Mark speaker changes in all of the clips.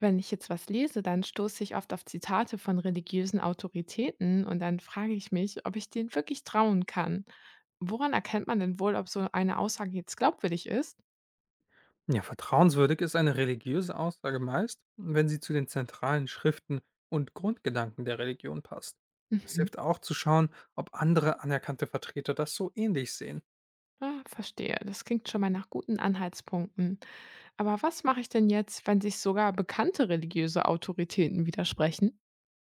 Speaker 1: Wenn ich jetzt was lese, dann stoße ich oft auf Zitate von religiösen Autoritäten und dann frage ich mich, ob ich denen wirklich trauen kann. Woran erkennt man denn wohl, ob so eine Aussage jetzt glaubwürdig ist?
Speaker 2: Ja, vertrauenswürdig ist eine religiöse Aussage meist, wenn sie zu den zentralen Schriften und Grundgedanken der Religion passt. Es
Speaker 1: Mhm.
Speaker 2: hilft auch zu schauen, ob andere anerkannte Vertreter das so ähnlich sehen.
Speaker 1: Ah, verstehe. Das klingt schon mal nach guten Anhaltspunkten. Aber was mache ich denn jetzt, wenn sich sogar bekannte religiöse Autoritäten widersprechen?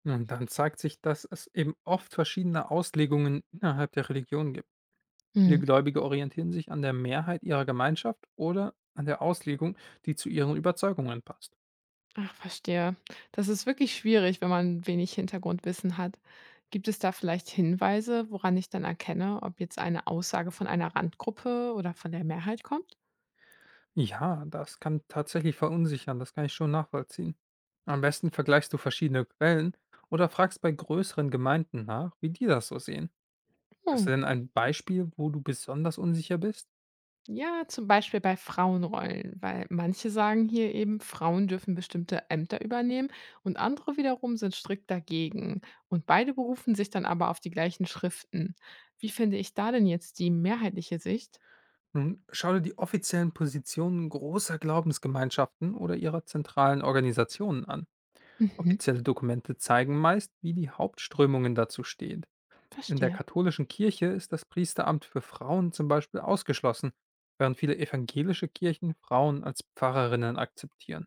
Speaker 2: Und dann zeigt sich, dass es eben oft verschiedene Auslegungen innerhalb der Religion gibt. Viele
Speaker 1: Mhm.
Speaker 2: Gläubige orientieren sich an der Mehrheit ihrer Gemeinschaft oder an der Auslegung, die zu ihren Überzeugungen passt.
Speaker 1: Ach, verstehe. Das ist wirklich schwierig, wenn man wenig Hintergrundwissen hat. Gibt es da vielleicht Hinweise, woran ich dann erkenne, ob jetzt eine Aussage von einer Randgruppe oder von der Mehrheit kommt?
Speaker 2: Ja, das kann tatsächlich verunsichern, das kann ich schon nachvollziehen. Am besten vergleichst du verschiedene Quellen oder fragst bei größeren Gemeinden nach, wie die das so sehen. Hast
Speaker 1: Hm.
Speaker 2: du denn ein Beispiel, wo du besonders unsicher bist?
Speaker 1: Ja, zum Beispiel bei Frauenrollen, weil manche sagen hier eben, Frauen dürfen bestimmte Ämter übernehmen und andere wiederum sind strikt dagegen. Und beide berufen sich dann aber auf die gleichen Schriften. Wie finde ich da denn jetzt die mehrheitliche Sicht?
Speaker 2: Nun, schau dir die offiziellen Positionen großer Glaubensgemeinschaften oder ihrer zentralen Organisationen an.
Speaker 1: Mhm,
Speaker 2: Offizielle Dokumente zeigen meist, wie die Hauptströmungen dazu stehen. In der
Speaker 1: verstehe.
Speaker 2: katholischen Kirche ist das Priesteramt für Frauen zum Beispiel ausgeschlossen, während viele evangelische Kirchen Frauen als Pfarrerinnen akzeptieren.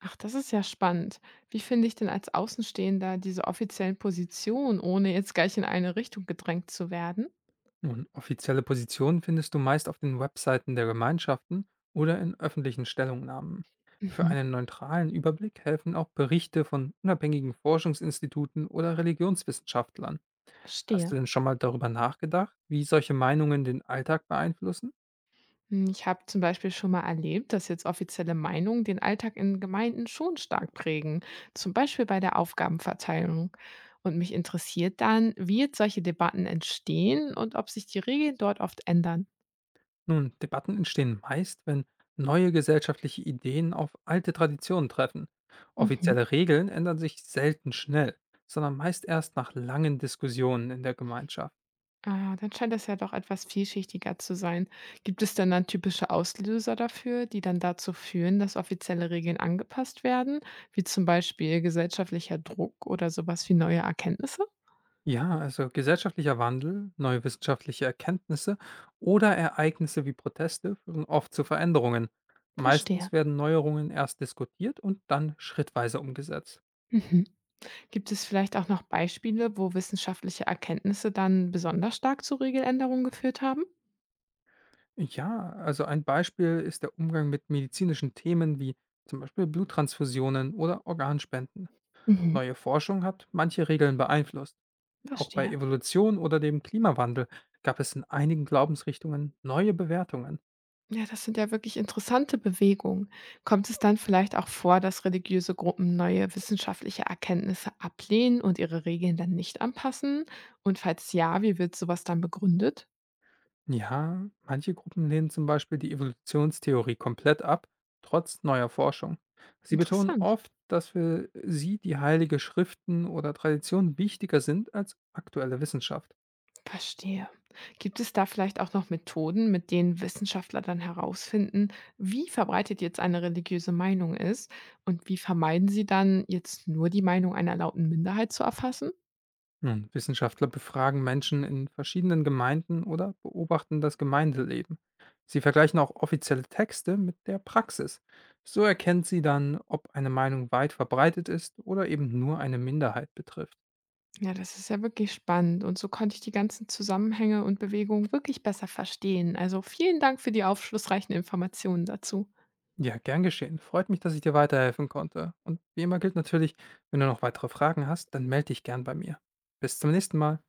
Speaker 1: Ach, das ist ja spannend. Wie finde ich denn als Außenstehender diese offiziellen Positionen, ohne jetzt gleich in eine Richtung gedrängt zu werden?
Speaker 2: Nun, offizielle Positionen findest du meist auf den Webseiten der Gemeinschaften oder in öffentlichen Stellungnahmen. Für
Speaker 1: Mhm,
Speaker 2: einen neutralen Überblick helfen auch Berichte von unabhängigen Forschungsinstituten oder Religionswissenschaftlern. Hast du
Speaker 1: verstehe.
Speaker 2: denn schon mal darüber nachgedacht, wie solche Meinungen den Alltag beeinflussen?
Speaker 1: Hm, ich habe zum Beispiel schon mal erlebt, dass jetzt offizielle Meinungen den Alltag in Gemeinden schon stark prägen, zum Beispiel bei der Aufgabenverteilung. Und mich interessiert dann, wie jetzt solche Debatten entstehen und ob sich die Regeln dort oft ändern.
Speaker 2: Nun, Debatten entstehen meist, wenn neue gesellschaftliche Ideen auf alte Traditionen treffen.
Speaker 1: Mhm.
Speaker 2: Offizielle Regeln ändern sich selten schnell, sondern meist erst nach langen Diskussionen in der Gemeinschaft.
Speaker 1: Ah, dann scheint das ja doch etwas vielschichtiger zu sein. Gibt es denn dann typische Auslöser dafür, die dann dazu führen, dass offizielle Regeln angepasst werden, wie zum Beispiel gesellschaftlicher Druck oder sowas wie neue Erkenntnisse?
Speaker 2: Ja, also gesellschaftlicher Wandel, neue wissenschaftliche Erkenntnisse oder Ereignisse wie Proteste führen oft zu Veränderungen. Meistens
Speaker 1: Verstehe.
Speaker 2: werden Neuerungen erst diskutiert und dann schrittweise umgesetzt.
Speaker 1: Mhm. Gibt es vielleicht auch noch Beispiele, wo wissenschaftliche Erkenntnisse dann besonders stark zu Regeländerungen geführt haben?
Speaker 2: Ja, also ein Beispiel ist der Umgang mit medizinischen Themen wie zum Beispiel Bluttransfusionen oder Organspenden.
Speaker 1: Mhm.
Speaker 2: Neue Forschung hat manche Regeln beeinflusst. Auch bei
Speaker 1: Verstehe.
Speaker 2: Evolution oder dem Klimawandel gab es in einigen Glaubensrichtungen neue Bewertungen.
Speaker 1: Ja, das sind ja wirklich interessante Bewegungen. Kommt es dann vielleicht auch vor, dass religiöse Gruppen neue wissenschaftliche Erkenntnisse ablehnen und ihre Regeln dann nicht anpassen? Und falls ja, wie wird sowas dann begründet?
Speaker 2: Ja, manche Gruppen lehnen zum Beispiel die Evolutionstheorie komplett ab, trotz neuer Forschung. Sie betonen
Speaker 1: Interessant.
Speaker 2: oft, dass für sie die heilige Schriften oder Tradition wichtiger sind als aktuelle Wissenschaft.
Speaker 1: Verstehe. Gibt es da vielleicht auch noch Methoden, mit denen Wissenschaftler dann herausfinden, wie verbreitet jetzt eine religiöse Meinung ist und wie vermeiden sie dann, jetzt nur die Meinung einer lauten Minderheit zu erfassen?
Speaker 2: Nun, Wissenschaftler befragen Menschen in verschiedenen Gemeinden oder beobachten das Gemeindeleben. Sie vergleichen auch offizielle Texte mit der Praxis. So erkennt sie dann, ob eine Meinung weit verbreitet ist oder eben nur eine Minderheit betrifft.
Speaker 1: Ja, das ist ja wirklich spannend. Und so konnte ich die ganzen Zusammenhänge und Bewegungen wirklich besser verstehen. Also vielen Dank für die aufschlussreichen Informationen dazu.
Speaker 2: Ja, gern geschehen. Freut mich, dass ich dir weiterhelfen konnte. Und wie immer gilt natürlich, wenn du noch weitere Fragen hast, dann melde dich gern bei mir. Bis zum nächsten Mal.